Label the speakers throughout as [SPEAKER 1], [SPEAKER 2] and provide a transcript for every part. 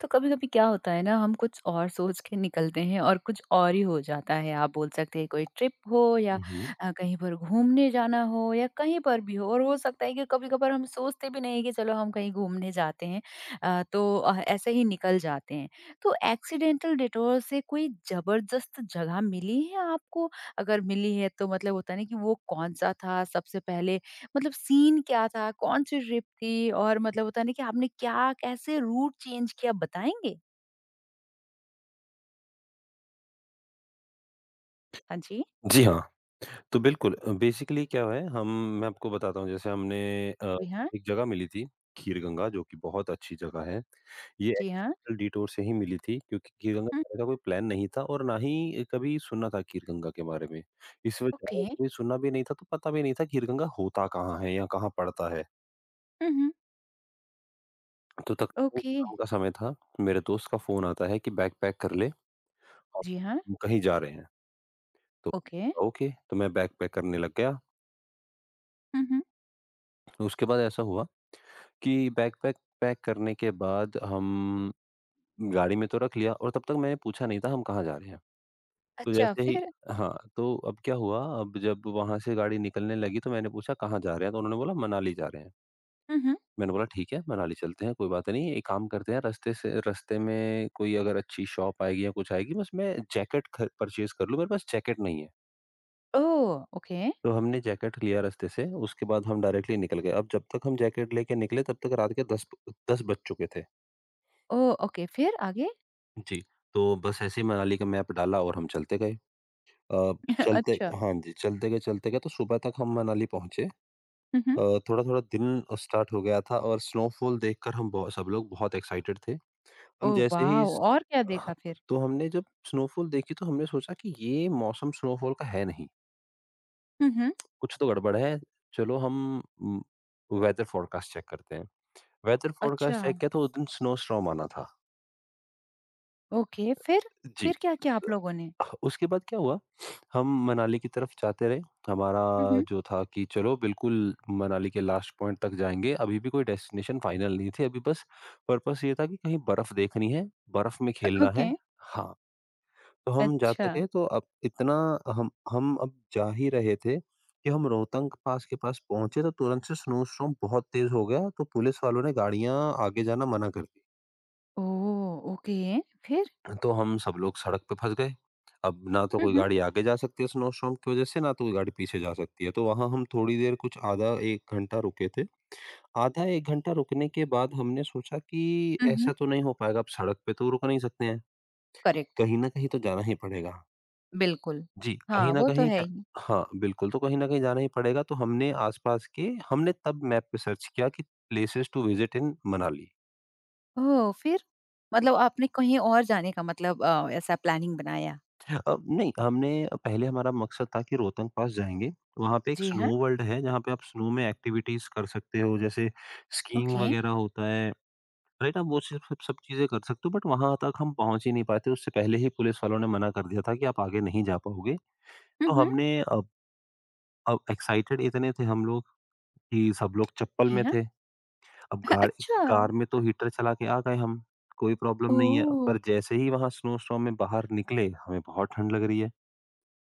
[SPEAKER 1] तो कभी-कभी क्या होता है ना हम कुछ और सोच के निकलते हैं और कुछ और ही हो जाता है। आप बोल सकते हैं कोई ट्रिप हो या
[SPEAKER 2] हुँ।
[SPEAKER 1] कहीं पर घूमने जाना हो या कहीं पर भी हो और हो सकता है कि कभी-कभार हम सोचते भी नहीं हैं कि चलो हम कहीं घूमने जाते हैं तो ऐसे ही निकल जाते हैं। तो एक्सीडेंटल डिटोर से कोई ज़बरदस्त जगह मिली है आपको? अगर मिली है तो मतलब होता है ना कि वो कौन-सा था? सबसे पहले मतलब सीन क्या था? कौन-सी ट्रिप थी? और मतलब होता है ना कि आपने क्या कैसे रूट चेंज किया बताएँगे? हाँ जी।
[SPEAKER 2] जी हाँ, तो बिल्कुल बेसिकली क्या है हम मैं आपको बताता हूँ जैसे हमने अ,
[SPEAKER 1] जी हाँ,
[SPEAKER 2] एक जगह मिली थी खीर-गंगा जो कि बहुत अच्छी जगह है। ये
[SPEAKER 1] जी हाँ।
[SPEAKER 2] एक्चुअल डिटूर से ही मिली थी क्योंकि खीर-गंगा
[SPEAKER 1] हुँ,
[SPEAKER 2] जाने का कोई प्लान नहीं था और ना ही कभी सुना था खीर-गंगा के बारे में। इस वजह
[SPEAKER 1] ओके।
[SPEAKER 2] से कभी सुना भी नहीं था तो पता भी नहीं था खीर-गंगा होता कहाँ है या कहाँ पड़ता है।
[SPEAKER 1] हुँ, हुँ।
[SPEAKER 2] तो तकरीबन
[SPEAKER 1] ओके।
[SPEAKER 2] शाम का समय था, मेरे दोस्त का फ़ोन आता है कि बैग पैक कर ले और
[SPEAKER 1] जी हाँ,
[SPEAKER 2] हम कहीं जा रहे हैं। तो
[SPEAKER 1] ओके।
[SPEAKER 2] ओके, तो मैं बैग पैक करने लग गया।
[SPEAKER 1] हुँ, हुँ।
[SPEAKER 2] उसके बाद ऐसा हुआ कि बैकपैक पैक करने के बाद हम गाड़ी में तो रख लिया और तब तक मैंने पूछा नहीं था हम कहाँ जा रहे हैं। तो
[SPEAKER 1] अच्छा
[SPEAKER 2] जैसे ही
[SPEAKER 1] फिर?
[SPEAKER 2] हाँ, तो अब क्या हुआ अब जब वहाँ से गाड़ी निकलने लगी तो मैंने पूछा कहाँ जा रहे हैं? तो उन्होंने बोला मनाली जा रहे हैं।
[SPEAKER 1] हुँ, हुँ।
[SPEAKER 2] मैंने बोला ठीक है, मनाली चलते हैं, कोई बात नहीं। एक काम करते हैं रास्ते में कोई अगर अच्छी शॉप आएगी या कुछ आएगी बस मैं जैकेट ख परचेज़ कर लूँ, मेरे पास जैकेट नहीं है।
[SPEAKER 1] ओह! ओके।
[SPEAKER 2] तो हमने जैकेट लिया रास्ते से उसके बाद हम डायरेक्टली निकल गए। अब जब तक हम जैकेट लेके निकले तब तक रात के 10 बज चुके थे।
[SPEAKER 1] ओह! ओके फिर आगे?
[SPEAKER 2] जी, तो बस ऐसे ही मनाली का मैप डाला और हम चलते गए। अ, चलते
[SPEAKER 1] अच्छा।
[SPEAKER 2] हाँ जी, चलते गए तो सुबह तक हम मनाली पहुँचे।
[SPEAKER 1] हुँ, हुँ।
[SPEAKER 2] अ, थोड़ा-थोड़ा दिन स्टार्ट हो गया था और स्नोफॉल देखकर हम बहु सब लोग बहुत एक्साइटेड थे। हम
[SPEAKER 1] ओह
[SPEAKER 2] जैसे ही
[SPEAKER 1] वाओ!
[SPEAKER 2] स
[SPEAKER 1] और क्या
[SPEAKER 2] ह
[SPEAKER 1] देखा फिर?
[SPEAKER 2] तो हमने जब स्नोफॉल देखी तो हमने सोचा कि ये मौसम स्नोफॉल का है नहीं,
[SPEAKER 1] हुँ, हुँ।
[SPEAKER 2] कुछ तो गड़बड़ है। चलो हम उम, वेदर फ़ॉरकास्ट चेक करते हैं। वेदर
[SPEAKER 1] अच्छा,
[SPEAKER 2] फ़ॉरकास्ट चेक किया तो उस दिन स्नो स्टॉर्म आना था।
[SPEAKER 1] ओके फिर?
[SPEAKER 2] जी।
[SPEAKER 1] फिर क्या किया आप लोगों ने?
[SPEAKER 2] उसके बाद क्या हुआ, हम मनाली की तरफ जाते रहे। हमारा
[SPEAKER 1] हुँ, हुँ।
[SPEAKER 2] जो था कि चलो बिल्कुल मनाली के लास्ट पॉइंट तक जाएँगे। अभी भी कोई डेस्टिनेशन फाइनल नहीं थी। अभी बस पर्पस ये था कि कहीं बर्फ देखनी है, बर्फ में खेलना है।
[SPEAKER 1] ओके।
[SPEAKER 2] हाँ, तो हम जाते
[SPEAKER 1] अच्छा।
[SPEAKER 2] गए तो अब इतना हम अब जा ही रहे थे कि हम रोहतांग पास के पास पहुँचे तो तुरंत से स्नो स्टॉर्म बहुत तेज़ हो गया, तो पुलिस वालों ने गाड़ियाँ आगे जाना मना कर दी।
[SPEAKER 1] ओह! ओके फिर?
[SPEAKER 2] तो हम सब लोग सड़क पे फँस गए। अब ना तो
[SPEAKER 1] हुँ,
[SPEAKER 2] कोई
[SPEAKER 1] हुँ।
[SPEAKER 2] गाड़ी आगे जा सकती है स्नोस्टॉर्म की वज़ह से, ना तो कोई गाड़ी पीछे जा सकती है। तो वहाँ हम थोड़ी देर कुछ आधा 1 घंटा रुके थे। आधा 1 घंटा रुकने के बाद हमने सोचा कि
[SPEAKER 1] हुँ, हुँ।
[SPEAKER 2] ऐसा तो नहीं हो पाएगा, अब सड़क पे तो रुक नहीं सकते हैं।
[SPEAKER 1] करेक्ट।
[SPEAKER 2] कहीं न कहीं तो जाना ही पड़ेगा।
[SPEAKER 1] बिल्कुल।
[SPEAKER 2] जी, कहीं
[SPEAKER 1] हाँ,
[SPEAKER 2] न
[SPEAKER 1] वो तो
[SPEAKER 2] कहीं
[SPEAKER 1] है
[SPEAKER 2] जा
[SPEAKER 1] ही।
[SPEAKER 2] हाँ, बिल्कुल, तो कहीं न कहीं जाना ही पड़ेगा। तो हमने आस-पास के हमने तब मैप पे सर्च किया कि places to visit in Manali.
[SPEAKER 1] Oh! फिर? मतलब आपने कहीं और जाने का मतलब ऐसा प्लानिंग बनाया?
[SPEAKER 2] नहीं, हमने पहले हमारा मकसद था कि रोहतंग पास जाएँगे। वहाँ पे एक
[SPEAKER 1] जी हाँ,
[SPEAKER 2] स्नो वर्ल्ड है, जहाँ पे आप स्नो में एक्टिविटीज़ कर सकते हो, जैसे स्कीइंग
[SPEAKER 1] ओके।
[SPEAKER 2] वगैरह होता है, राइट? आप वो सिर्फ़ सब चीज़ें कर सकते हो, बट वहाँ तक हम पहुँच ही नहीं पाए थे। उससे पहले ही पुलिस वालों ने मना कर दिया था कि आप आगे नहीं जा पाओगे।
[SPEAKER 1] हुँ,
[SPEAKER 2] तो
[SPEAKER 1] हुँ।
[SPEAKER 2] हमने अब एक्साइटेड इतने थे हम लोग कि सब लोग चप्पल
[SPEAKER 1] जी
[SPEAKER 2] में
[SPEAKER 1] हाँ।
[SPEAKER 2] थे। अब गाड़ी
[SPEAKER 1] अच्छा,
[SPEAKER 2] कार में तो हीटर चला के आ गए हम, कोई प्रॉब्लम नहीं है।
[SPEAKER 1] ओह!
[SPEAKER 2] पर जैसे ही वहाँ स्नो स्टॉर्म में बाहर निकले, हमें बहुत ठंड लग रही है।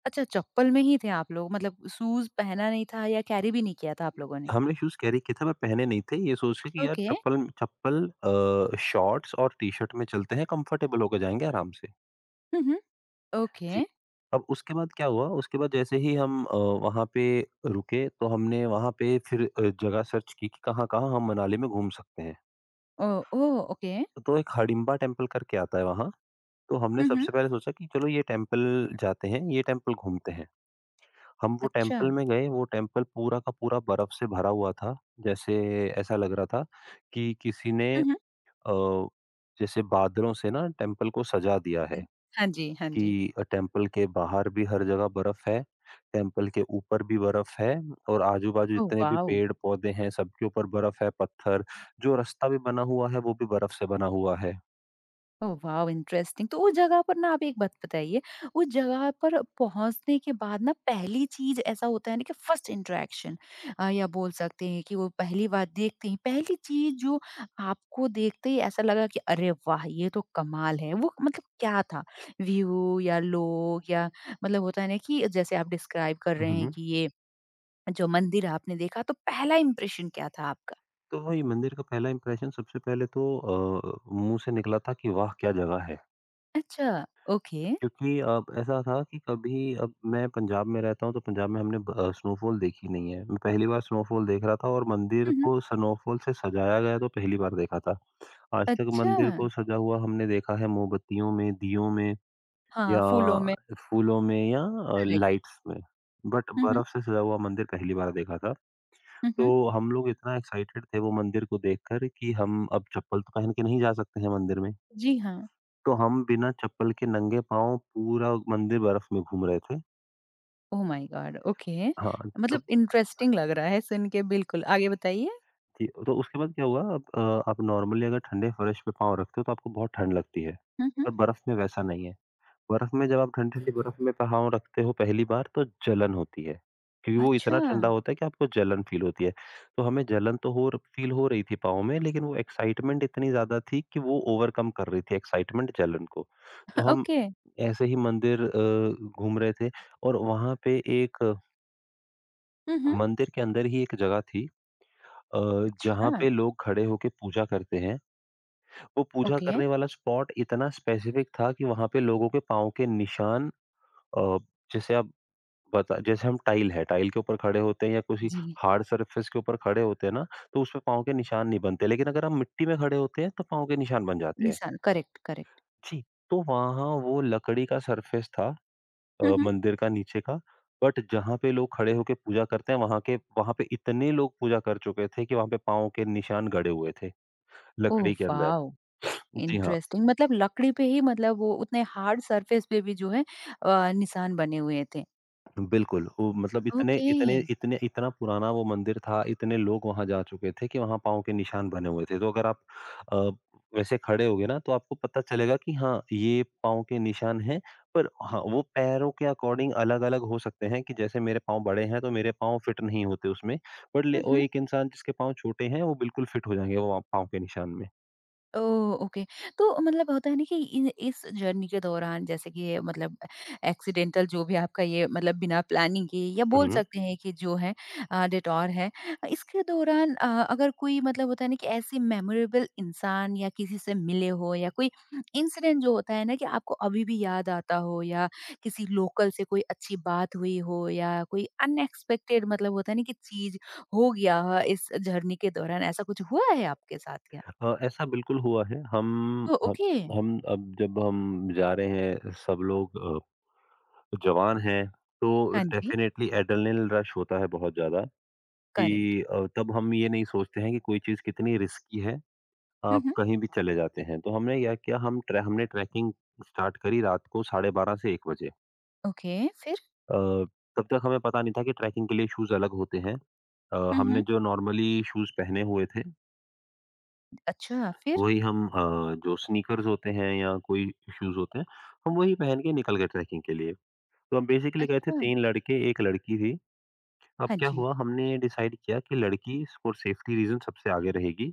[SPEAKER 1] अच्छा, चप्पल में ही थे आप लोग मतलब शूज़ पहना नहीं था या कैरी भी नहीं किया था आप लोगों ने?
[SPEAKER 2] हमने शूज़ कैरी किए थे, पर पहने नहीं थे। ये सोच के कि यार
[SPEAKER 1] ओके।
[SPEAKER 2] चप्पल चप्पल अ, शॉर्ट्स और टी-शर्ट में चलते हैं, कंफर्टेबल होके जाएँगे आराम से।
[SPEAKER 1] हुँ, हुँ।
[SPEAKER 2] जी।
[SPEAKER 1] ओके।
[SPEAKER 2] अब उसके बाद क्या हुआ, उसके बाद जैसे ही हम वहाँ पे रुके, तो हमने वहाँ पे फिर जगह सर्च की कि कहाँ-कहाँ हम मनाली में घूम सकते हैं।
[SPEAKER 1] Oh oh! ओके।
[SPEAKER 2] तो एक हडिम्बा टेम्पल करके आता है वहाँ, तो हमने
[SPEAKER 1] हुँ, हुँ।
[SPEAKER 2] सबसे पहले सोचा कि चलो ये टेम्पल जाते हैं, ये टेम्पल घूमते हैं। हम वो
[SPEAKER 1] अच्छा।
[SPEAKER 2] टेम्पल में गए, वो टेम्पल पूरा का पूरा बर्फ से भरा हुआ था। जैसे ऐसा लग रहा था कि किसी ने
[SPEAKER 1] हुँ, हुँ।
[SPEAKER 2] अ, जैसे बादलों से ना टेम्पल को सजा दिया है
[SPEAKER 1] हाँ जी, हाँ
[SPEAKER 2] कि
[SPEAKER 1] जी।
[SPEAKER 2] टेम्पल के बाहर भी हर जगह बर्फ है, टेम्पल के ऊपर भी बर्फ है और आजू-बाजू
[SPEAKER 1] ओह,
[SPEAKER 2] जितने भी
[SPEAKER 1] वाव!
[SPEAKER 2] पेड़-पौधे हैं सबके ऊपर बर्फ है, पत्थर जो रास्ता भी बना हुआ है वो भी बर्फ से बना हुआ है।
[SPEAKER 1] Oh wow! इंटरेस्टिंग तो उस जगह पर ना आप एक बात बताइए, उस जगह पर पहुँचने के बाद ना पहली चीज़ ऐसा होता है ना कि फर्स्ट इंटरैक्शन या बोल सकते हैं कि वो पहली बार देखते ही पहली चीज़ जो आपको देखते ही ऐसा लगा कि अरे वाह! ये तो कमाल है। वो मतलब क्या था? व्यू या लोग या मतलब होता है ना कि जैसे आप डिस्क्राइब कर रहे हैं
[SPEAKER 2] हुँ,
[SPEAKER 1] कि ये जो मंदिर आपने देखा तो पहला इंप्रेशन क्या था आपका?
[SPEAKER 2] तो वही मंदिर का पहला इम्प्रेशन सबसे पहले तो मुँह से निकला था कि वाह! क्या जगह है।
[SPEAKER 1] अच्छा, ओके।
[SPEAKER 2] क्योंकि अब ऐसा था कि कभी अब मैं पंजाब में रहता हूँ, तो पंजाब में हमने स्नोफॉल देखी नहीं है। मैं पहली बार स्नोफॉल देख रहा था और मंदिर
[SPEAKER 1] हुँ, हुँ।
[SPEAKER 2] को स्नोफॉल से सजाया गया तो पहली बार देखा था। आज तक
[SPEAKER 1] अच्छा।
[SPEAKER 2] मंदिर को सजा हुआ हमने देखा है मोमबत्तियों में, दियों में
[SPEAKER 1] हाँ,
[SPEAKER 2] या
[SPEAKER 1] फूलों में,
[SPEAKER 2] फूलों में या
[SPEAKER 1] करेक्ट।
[SPEAKER 2] लाइट्स में। बट
[SPEAKER 1] हुँ, हुँ।
[SPEAKER 2] बर्फ से सजा हुआ मंदिर पहली बार देखा था।
[SPEAKER 1] हुँ, हुँ।
[SPEAKER 2] तो हम लोग इतना एक्साइटेड थे वो मंदिर को देखकर कि हम अब चप्पल तो पहन के नहीं जा सकते हैं मंदिर में।
[SPEAKER 1] जी हाँ।
[SPEAKER 2] तो हम बिना चप्पल के नंगे पाँव पूरा मंदिर बर्फ में घूम रहे थे।
[SPEAKER 1] Oh my God! ओके।
[SPEAKER 2] हाँ,
[SPEAKER 1] मतलब
[SPEAKER 2] तब
[SPEAKER 1] इंटरेस्टिंग लग रहा है सुन के बिल्कुल। आगे बताइए?
[SPEAKER 2] जी, तो उसके बाद क्या हुआ अब आप नॉर्मली अगर ठंडे फर्श पे पाँव रखते हो तो आपको बहुत ठंड लगती है,
[SPEAKER 1] हुँ, हुँ।
[SPEAKER 2] पर बर्फ़ में वैसा नहीं है। बर्फ़ में जब आप ठंडी-ठंडी बर्फ़ में पाँव रखते हो पहली बार तो जलन होती है, क्योंकि वो इतना
[SPEAKER 1] अच्छा,
[SPEAKER 2] ठंडा होता है कि आपको जलन फ़ील होती है। तो हमें जलन तो हो र फ़ील हो रही थी पाँव में लेकिन वो एक्साइटमेंट इतनी ज़्यादा थी कि वो ओवरकम कर रही थी एक्साइटमेंट जलन को। तो हम
[SPEAKER 1] ओके।
[SPEAKER 2] ऐसे ही मंदिर घूम रहे थे और वहाँ पे एक अ,
[SPEAKER 1] हुँ, हुँ।
[SPEAKER 2] मंदिर के अंदर ही एक जगह थी अ,
[SPEAKER 1] अच्छा,
[SPEAKER 2] जहाँ पे लोग खड़े होके पूजा करते हैं, वो पूजा
[SPEAKER 1] ओके।
[SPEAKER 2] करने वाला स्पॉट इतना स्पेसिफिक था कि वहाँ पे लोगों के पाँव के निशान अ, जैसे आप बता जैसे हम टाइल है, टाइल के ऊपर खड़े होते हैं या किसी
[SPEAKER 1] जी,
[SPEAKER 2] हार्ड सरफेस के ऊपर खड़े होते हैं ना, तो उसपे पाँव के निशान नहीं बनते, लेकिन अगर हम मिट्टी में खड़े होते हैं, तो पाँव के निशान बन जाते हैं।
[SPEAKER 1] निशान करेक्ट, करेक्ट।
[SPEAKER 2] जी, तो वहाँ वो लकड़ी का सरफेस था
[SPEAKER 1] हुँ, हुँ।
[SPEAKER 2] मंदिर का नीचे का, बट जहाँ पे लोग खड़े होके पूजा करते हैं, वहाँ पे इतने लोग पूजा कर चुके थे कि वहाँ पे पाँव के निशान गड़े हुए थे।
[SPEAKER 1] ओह
[SPEAKER 2] लकड़ी के अंदर।
[SPEAKER 1] वाओ!
[SPEAKER 2] जी हाँ,
[SPEAKER 1] इंटरेस्टिंग मतलब लकड़ी पे ही मतलब वो उतने हार्ड सरफेस पे भी जो है निशान बने हुए थे।
[SPEAKER 2] बिल्कुल, वो मतलब इतने
[SPEAKER 1] ओके।
[SPEAKER 2] इतने इतने इतना पुराना वो मंदिर था, इतने लोग वहाँ जा चुके थे कि वहाँ पाँव के निशान बने हुए थे। तो अगर आप अ, वैसे खड़े होगे ना तो आपको पता चलेगा कि हाँ, ये पाँव के निशान हैं, पर हाँ, वो पैरों के अकॉर्डिंग अलग-अलग हो सकते हैं कि जैसे मेरे पाँव बड़े हैं तो मेरे पाँव फिट नहीं होते उसमें। बट ले
[SPEAKER 1] हुँ,
[SPEAKER 2] वो
[SPEAKER 1] हुँ।
[SPEAKER 2] एक इंसान जिसके पाँव छोटे हैं, वो बिल्कुल फिट हो जाएँगे वो पाँव के निशान में।
[SPEAKER 1] ओह! ओके। तो मतलब होता है ना कि इन इस जर्नी के दौरान जैसे कि ये मतलब एक्सीडेंटल जो भी आपका ये मतलब बिना प्लानिंग के या
[SPEAKER 2] हुँ,
[SPEAKER 1] बोल
[SPEAKER 2] हुँ।
[SPEAKER 1] सकते हैं कि जो है डिटॉर है। इसके दौरान अगर कोई मतलब होता है ना कि ऐसी मेमोरेबल इंसान या किसी से मिले हो या कोई इंसिडेंट जो होता है ना कि आपको अभी भी याद आता हो या किसी लोकल से कोई अच्छी बात हुई हो या कोई अनएक्सपेक्टेड मतलब होता है ना कि चीज़ हो गया हो इस जर्नी के दौरान ऐसा कुछ हुआ है आपके साथ क्या?
[SPEAKER 2] हाँ, ऐसा बिल्कुल हुआ है।
[SPEAKER 1] ओह!
[SPEAKER 2] हम
[SPEAKER 1] ओके।
[SPEAKER 2] हम अब जब हम जा रहे हैं सब लोग जवान हैं तो
[SPEAKER 1] हाँ जी।
[SPEAKER 2] डेफ़िनेटली एड्रेनलिन रश होता है बहुत ज़्यादा कि
[SPEAKER 1] करेक्ट।
[SPEAKER 2] तब हम ये नहीं सोचते हैं कि कोई चीज़ कितनी रिस्की है,
[SPEAKER 1] हुँ,
[SPEAKER 2] आप
[SPEAKER 1] हुँ।
[SPEAKER 2] कहीं भी चले जाते हैं। तो हमने या क्या किया हम ट्रै हमने ट्रैकिंग स्टार्ट करी रात को 12:30 से 1 बजे।
[SPEAKER 1] ओके, फिर?
[SPEAKER 2] तब तक हमें पता नहीं था कि ट्रैकिंग के लिए शूज़ अलग होते हैं।
[SPEAKER 1] हुँ,
[SPEAKER 2] हमने
[SPEAKER 1] हुँ।
[SPEAKER 2] जो नॉर्मली शूज़ पहने हुए थे
[SPEAKER 1] अच्छा, फिर?
[SPEAKER 2] वही जो स्नीकर्स होते हैं या कोई शूज़ होते हैं, हम वही पहन के निकल गए ट्रैकिंग के लिए। तो हम बेसिकली गए थे
[SPEAKER 1] अच्छा।
[SPEAKER 2] 3 लड़के, 1 लड़की थी। अब
[SPEAKER 1] हाँ
[SPEAKER 2] क्या
[SPEAKER 1] जी।
[SPEAKER 2] हुआ हमने डिसाइड किया कि लड़की फॉर सेफ्टी रीज़न सबसे आगे रहेगी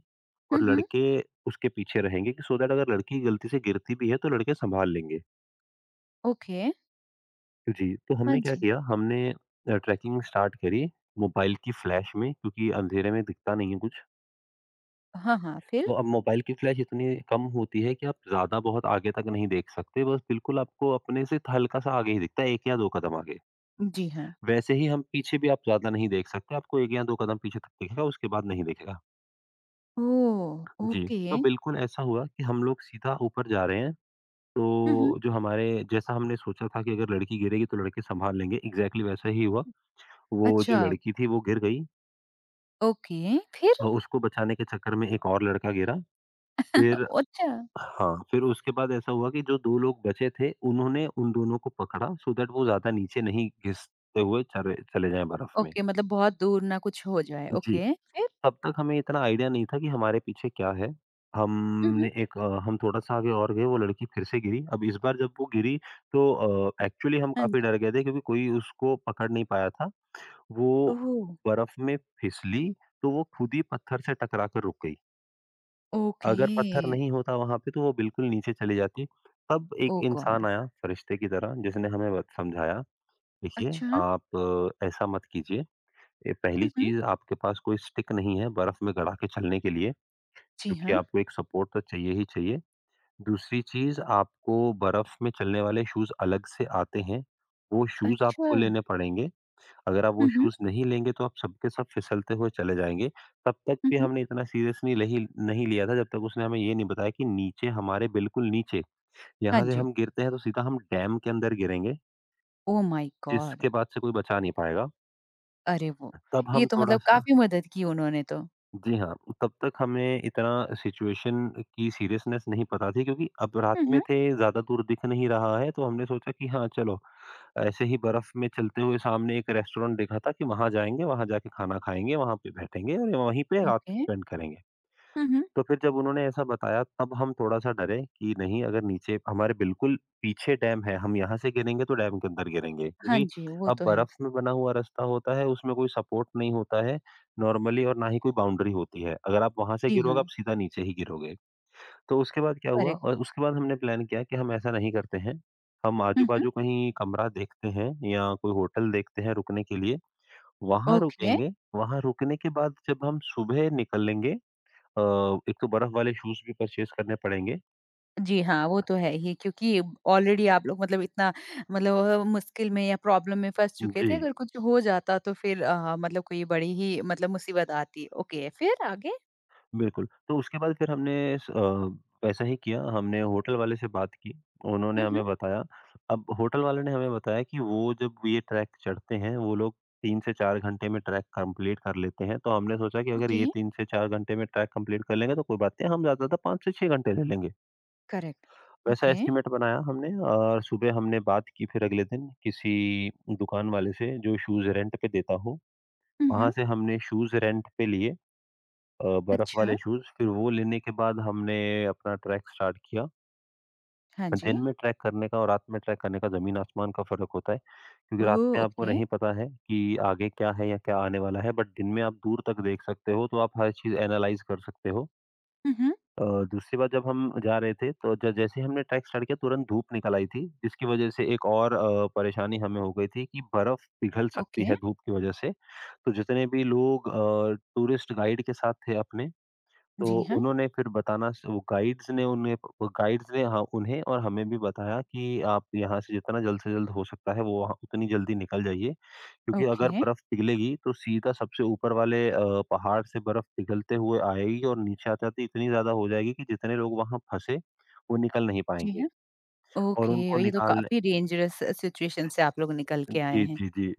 [SPEAKER 2] और
[SPEAKER 1] हुँ, हुँ।
[SPEAKER 2] लड़के उसके पीछे रहेंगे कि सो दैट अगर लड़की गलती से गिरती भी है तो लड़के सँभाल लेंगे।
[SPEAKER 1] ओके।
[SPEAKER 2] जी, तो
[SPEAKER 1] हाँ
[SPEAKER 2] हमने क्या
[SPEAKER 1] जी।
[SPEAKER 2] किया हमने ट्रैकिंग स्टार्ट करी मोबाइल की फ्लैश में क्योंकि अंधेरे में दिखता नहीं है कुछ।
[SPEAKER 1] हाँ, हाँ, फिर?
[SPEAKER 2] तो अब मोबाइल की फ्लैश इतनी कम होती है कि आप ज़्यादा बहुत आगे तक नहीं देख सकते, बस बिल्कुल आपको अपने से हल्का-सा आगे ही दिखता है, 1 या 2 कदम आगे।
[SPEAKER 1] जी हाँ।
[SPEAKER 2] वैसे ही हम पीछे भी आप ज़्यादा नहीं देख सकते, आपको 1 या 2 कदम पीछे तक दिखेगा, उसके बाद नहीं दिखेगा।
[SPEAKER 1] ओह!
[SPEAKER 2] जी,
[SPEAKER 1] ओके।
[SPEAKER 2] तो बिल्कुल ऐसा हुआ कि हम लोग सीधा ऊपर जा रहे हैं,
[SPEAKER 1] हुँ, हुँ।
[SPEAKER 2] तो जो हमारे जैसा हमने सोचा था कि अगर लड़की गिरेगी तो लड़के सँभाल लेंगे, एग्ज़ैक्टली वैसा ही हुआ। वो जो
[SPEAKER 1] अच्छा,
[SPEAKER 2] लड़की थी वो गिर गई
[SPEAKER 1] ओके, फिर?
[SPEAKER 2] और उसको बचाने के चक्कर में एक और लड़का गिरा, फिर
[SPEAKER 1] अच्छा।
[SPEAKER 2] हाँ, फिर उसके बाद ऐसा हुआ कि जो 2 लोग बचे थे, उन्होंने उन दोनों को पकड़ा सो दैट वो ज़्यादा नीचे नहीं घिसते हुए चले चले जाएँ बर्फ़ में।
[SPEAKER 1] ओके, मतलब बहुत दूर ना कुछ हो जाए,
[SPEAKER 2] जी,
[SPEAKER 1] ओके, फिर?
[SPEAKER 2] तब तक हमें इतना आइडिया नहीं था कि हमारे पीछे क्या है।
[SPEAKER 1] हुँ, हुँ।
[SPEAKER 2] हम थोड़ा-सा आगे और गए, वो लड़की फिर से गिरी। अब इस बार जब वो गिरी तो एक्चुअली हम
[SPEAKER 1] हाँ जी।
[SPEAKER 2] काफ़ी डर गए थे, क्योंकि कोई उसको पकड़ नहीं पाया था। वो
[SPEAKER 1] ओह!
[SPEAKER 2] बर्फ़ में फिसली, तो वो खुद ही पत्थर से टकरा कर रुक गई। अगर पत्थर
[SPEAKER 1] ओके,
[SPEAKER 2] नहीं होता वहाँ पे, तो वो बिल्कुल नीचे चली जाती। तब एक
[SPEAKER 1] ओह
[SPEAKER 2] इंसान
[SPEAKER 1] गॉड!
[SPEAKER 2] आया फ़रिश्ते की तरह, जिसने हमें बत समझाया, देखिए
[SPEAKER 1] अच्छा।
[SPEAKER 2] आप ऐसा मत कीजिए। ये पहली
[SPEAKER 1] हुँ, हुँ।
[SPEAKER 2] चीज़, आपके पास कोई स्टिक नहीं है बर्फ़ में गड़ा के चलने के लिए,
[SPEAKER 1] जी
[SPEAKER 2] क्योंकि
[SPEAKER 1] हाँ।
[SPEAKER 2] आपको एक सपोर्ट तो चाहिए ही चाहिए। दूसरी चीज़, आपको बर्फ़ में चलने वाले शूज़ अलग से आते हैं, वो शूज़
[SPEAKER 1] अच्छा।
[SPEAKER 2] आपको लेने पड़ेंगे। अगर आप वो
[SPEAKER 1] हुँ, हुँ।
[SPEAKER 2] शूज़ नहीं लेंगे, तो आप सब के सब फिसलते हुए चले जाएँगे। तब तक
[SPEAKER 1] हुँ,
[SPEAKER 2] भी
[SPEAKER 1] हुँ।
[SPEAKER 2] हमने इतना सीरियसली नहीं नहीं लिया था, जब तक उसने हमें ये नहीं बताया कि नीचे हमारे, बिल्कुल नीचे,
[SPEAKER 1] हाँ
[SPEAKER 2] यहाँ से
[SPEAKER 1] जी।
[SPEAKER 2] हम गिरते हैं तो सीधा हम डैम के अंदर गिरेंगे,
[SPEAKER 1] ओह माय गॉड!
[SPEAKER 2] जिसके बाद से कोई बचा नहीं पाएगा।
[SPEAKER 1] अरे वो!
[SPEAKER 2] तब
[SPEAKER 1] ये
[SPEAKER 2] हम
[SPEAKER 1] तो मतलब
[SPEAKER 2] थोड़ा-सा।
[SPEAKER 1] काफ़ी मदद की उन्होंने तो।
[SPEAKER 2] जी हाँ, तब तक हमें इतना सिचुएशन की सीरियसनेस नहीं पता थी, क्योंकि अब रात
[SPEAKER 1] हुँ,
[SPEAKER 2] में
[SPEAKER 1] हुँ।
[SPEAKER 2] थे, ज़्यादा दूर दिख नहीं रहा है, तो हमने सोचा कि हाँ, चलो ऐसे ही बर्फ में चलते हुए सामने एक रेस्टोरेंट देखा था कि वहाँ जाएँगे, वहाँ जाके खाना खाएँगे, वहाँ पे बैठेंगे और वहीं पे रात
[SPEAKER 1] ओके।
[SPEAKER 2] स्पेंड करेंगे।
[SPEAKER 1] हुँ, हुँ।
[SPEAKER 2] तो फिर जब उन्होंने ऐसा बताया, तब हम थोड़ा-सा डरे कि नहीं, अगर नीचे हमारे, बिल्कुल पीछे डैम है, हम यहाँ से गिरेंगे तो डैम के अंदर गिरेंगे,
[SPEAKER 1] हाँ
[SPEAKER 2] क्योंकि
[SPEAKER 1] जी, वो
[SPEAKER 2] अब
[SPEAKER 1] तो है।
[SPEAKER 2] बर्फ में बना हुआ रास्ता होता है, उसमें कोई सपोर्ट नहीं होता है नॉर्मली, और ना ही कोई बाउंड्री होती है। अगर आप वहाँ से
[SPEAKER 1] जी
[SPEAKER 2] गिरोगे,
[SPEAKER 1] हाँ,
[SPEAKER 2] आप सीधा नीचे ही गिरोगे। तो उसके बाद क्या हुआ,
[SPEAKER 1] करेक्ट।
[SPEAKER 2] और उसके बाद हमने प्लान किया कि हम ऐसा नहीं करते हैं, हम
[SPEAKER 1] हुँ, हुँ।
[SPEAKER 2] आजू-बाजू कहीं कमरा देखते हैं या कोई होटल देखते हैं रुकने के लिए, वहाँ
[SPEAKER 1] ओके।
[SPEAKER 2] रुकेंगे, वहाँ रुकने के बाद जब हम सुबह निकलेंगे, अ, एक तो बर्फ वाले शूज़ भी परचेज़ करने पड़ेंगे।
[SPEAKER 1] जी हाँ, वो तो है ही क्योंकि ऑलरेडी आप लोग मतलब इतना मतलब मुश्किल में या प्रॉब्लम में फँस चुके थे,
[SPEAKER 2] जी,
[SPEAKER 1] अगर कुछ हो जाता तो फिर मतलब कोई बड़ी ही मतलब मुसीबत आती। ओके, फिर आगे?
[SPEAKER 2] बिल्कुल। तो उसके बाद फिर हमने स अ, वैसा ही किया। हमने होटल वाले से बात की, उन्होंने
[SPEAKER 1] हुँ, हुँ।
[SPEAKER 2] हमें बताया। अब होटल वाले ने हमें बताया कि वो जब ये ट्रैक चढ़ते हैं, वो लोग 3 से 4 घंटे में ट्रैक कंप्लीट कर लेते हैं, तो हमने सोचा कि अगर
[SPEAKER 1] ओके,
[SPEAKER 2] ये 3 से 4 घंटे में ट्रैक कंप्लीट कर लेंगे, तो कोई बात नहीं, हम ज़्यादा से 5 से 6 घंटे ले लेंगे।
[SPEAKER 1] करेक्ट।
[SPEAKER 2] वैसा
[SPEAKER 1] ओके।
[SPEAKER 2] एस्टीमेट बनाया हमने, और सुबह हमने बात की फिर अगले दिन किसी दुकान वाले से जो शूज़ रेंट पे देता हो।
[SPEAKER 1] हुँ,
[SPEAKER 2] वहाँ
[SPEAKER 1] हुँ।
[SPEAKER 2] से हमने शूज़ रेंट पे लिए, बर्फ वाले
[SPEAKER 1] अच्छा,
[SPEAKER 2] शूज़, फिर वो लेने के बाद हमने अपना ट्रैक स्टार्ट किया।
[SPEAKER 1] हाँ जी।
[SPEAKER 2] दिन में ट्रैक करने का और रात में ट्रैक करने का ज़मीन आसमान का फ़र्क होता है, क्योंकि
[SPEAKER 1] ओह!
[SPEAKER 2] रात में आपको
[SPEAKER 1] ओके।
[SPEAKER 2] नहीं पता है कि आगे क्या है या क्या आने वाला है, बट दिन में आप दूर तक देख सकते हो, तो आप हर चीज़ एनालाइज़ कर सकते हो।
[SPEAKER 1] हुँ, हुँ।
[SPEAKER 2] अ, दूसरी बार जब हम जा रहे थे, तो ज जैसे ही हमने ट्रैक स्टार्ट किया, तुरंत धूप निकल आई थी, जिसकी वजह से एक और परेशानी हमें हो गई थी कि बर्फ पिघल सकती
[SPEAKER 1] ओके,
[SPEAKER 2] है धूप की वजह से। तो जितने भी लोग टूरिस्ट गाइड के साथ थे अपने, तो
[SPEAKER 1] जी हाँ।
[SPEAKER 2] उन्होंने फिर बताना। स वो गाइड्स ने, हाँ, उन्हें और हमें भी बताया कि आप यहाँ से जितना जल्द से जल्द हो सकता है वो, वहाँ उतनी जल्दी निकल जाइए। क्योंकि अगर
[SPEAKER 1] ओके,
[SPEAKER 2] बर्फ पिघलेगी, तो सीधा सबसे ऊपर वाले पहाड़ से बर्फ पिघलते हुए आएगी, और नीचे आते-आते इतनी ज़्यादा हो जाएगी कि जितने लोग वहाँ फँसे, वो निकल नहीं
[SPEAKER 1] जी
[SPEAKER 2] पाएँगे,
[SPEAKER 1] हाँ।
[SPEAKER 2] और
[SPEAKER 1] ओके,
[SPEAKER 2] उनको
[SPEAKER 1] ये तो
[SPEAKER 2] निकालने।
[SPEAKER 1] काफ़ी डेंजरस सिचुएशन से आप लोग निकल के आए
[SPEAKER 2] जी,
[SPEAKER 1] हैं।
[SPEAKER 2] जी, जी।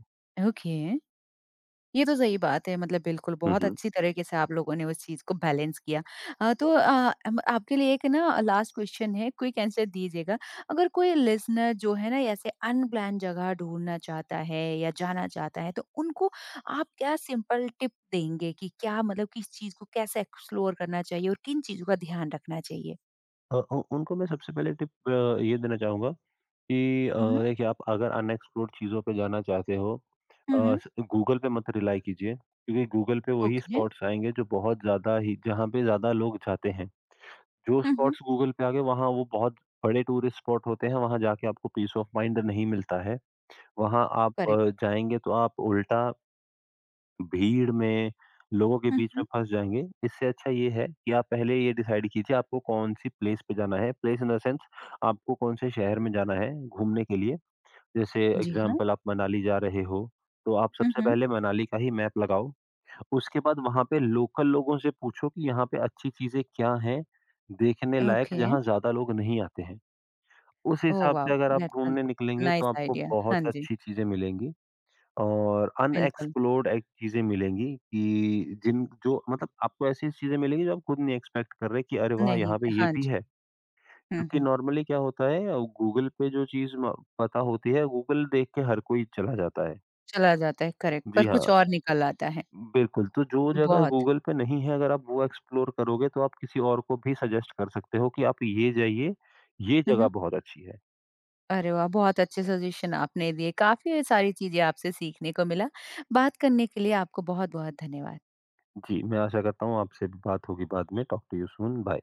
[SPEAKER 1] ओके, ये तो सही बात है मतलब बिल्कुल
[SPEAKER 2] हुँ,
[SPEAKER 1] बहुत
[SPEAKER 2] हुँ।
[SPEAKER 1] अच्छी तरीके से आप लोगों ने उस चीज़ को बैलेंस किया। तो आपके लिए एक ना लास्ट क्वेश्चन है, क्विक आंसर दीजिएगा। अगर कोई लिसनर जो है ना ऐसे अनप्लान्ड जगह ढूँढना चाहता है या जाना चाहता है, तो उनको आप क्या सिंपल टिप देंगे कि क्या मतलब किस चीज़ को कैसे एक्सप्लोर करना चाहिए और किन चीज़ों का ध्यान रखना चाहिए?
[SPEAKER 2] उ उनको मैं सबसे पहले टिप, ये देना चाहूँगा कि
[SPEAKER 1] हुँ, हुँ।
[SPEAKER 2] देखिए, आप अगर अनएक्सप्लोर्ड चीज़ों पे जाना चाहते हो,
[SPEAKER 1] हुँ,
[SPEAKER 2] अ,
[SPEAKER 1] हुँ।
[SPEAKER 2] स गूगल पे मत रिलाई कीजिए, क्योंकि गूगल पे वही
[SPEAKER 1] ओके।
[SPEAKER 2] स्पॉट्स आएँगे जो बहुत ज़्यादा ही, जहाँ पे ज़्यादा लोग जाते हैं। जो
[SPEAKER 1] हुँ, हुँ।
[SPEAKER 2] स्पॉट्स गूगल पे आ गए, वहाँ वो बहुत बड़े टूरिस्ट स्पॉट होते हैं, वहाँ जाके आपको पीस ऑफ माइंड नहीं मिलता है। वहाँ आप
[SPEAKER 1] करेक्ट।
[SPEAKER 2] जाएँगे तो आप उल्टा भीड़ में, लोगों के
[SPEAKER 1] हुँ,
[SPEAKER 2] बीच में
[SPEAKER 1] हुँ।
[SPEAKER 2] फँस जाएँगे। इससे अच्छा ये है कि आप पहले ये डिसाइड कीजिए आपको कौन-सी प्लेस पे जाना है। प्लेस इन द सेंस, आपको कौन से शहर में जाना है घूमने के लिए। जैसे
[SPEAKER 1] जी हाँ।
[SPEAKER 2] एग्ज़ाम्पल, आप मनाली जा रहे हो, तो आप
[SPEAKER 1] हुँ,
[SPEAKER 2] सबसे
[SPEAKER 1] हुँ।
[SPEAKER 2] पहले मनाली का ही मैप लगाओ। उसके बाद वहाँ पे लोकल लोगों से पूछो कि यहाँ पे अच्छी चीज़ें क्या हैं, देखने लायक,
[SPEAKER 1] ओके।
[SPEAKER 2] जहाँ ज़्यादा लोग नहीं आते हैं। उस
[SPEAKER 1] ओह
[SPEAKER 2] हिसाब से
[SPEAKER 1] वाओ!
[SPEAKER 2] अगर आप
[SPEAKER 1] दैट्स अ
[SPEAKER 2] ढूँढने निकलेंगे, तो
[SPEAKER 1] नाइस
[SPEAKER 2] आपको
[SPEAKER 1] आइडिया।
[SPEAKER 2] बहुत
[SPEAKER 1] हाँ जी,
[SPEAKER 2] अच्छी चीज़ें मिलेंगी, और
[SPEAKER 1] बिल्कुल।
[SPEAKER 2] अनएक्सप्लोर्ड एक चीज़ें मिलेंगी कि जिन जो, मतलब आपको ऐसी चीज़ें मिलेंगी जो आप खुद नहीं एक्सपेक्ट कर रहे, कि अरे वाह!
[SPEAKER 1] नहीं
[SPEAKER 2] यहाँ पे ये
[SPEAKER 1] हाँ
[SPEAKER 2] भी
[SPEAKER 1] जी।
[SPEAKER 2] है।
[SPEAKER 1] हुँ,
[SPEAKER 2] क्योंकि
[SPEAKER 1] हुँ।
[SPEAKER 2] नॉर्मली क्या होता है, गूगल पे जो चीज़ म पता होती है, गूगल देख के हर कोई चला जाता है।
[SPEAKER 1] चला जाता है करेक्ट
[SPEAKER 2] जी
[SPEAKER 1] पर
[SPEAKER 2] हाँ।
[SPEAKER 1] कुछ और निकल आता है।
[SPEAKER 2] बिल्कुल, तो जो जगह
[SPEAKER 1] बहुत
[SPEAKER 2] गूगल पे नहीं है, अगर आप वो एक्सप्लोर करोगे, तो आप किसी और को भी सजेस्ट कर सकते हो कि आप ये जाइए, ये
[SPEAKER 1] हुँ,
[SPEAKER 2] जगह
[SPEAKER 1] हुँ।
[SPEAKER 2] बहुत अच्छी है।
[SPEAKER 1] अरे वाह! बहुत अच्छे सजेशन आपने दिए। काफ़ी सारी चीज़ें आपसे सीखने को मिला। बात करने के लिए आपको बहुत-बहुत धन्यवाद।
[SPEAKER 2] जी, मैं आशा करता हूँ आपसे भी बात होगी बाद में। Talk to you soon, bye.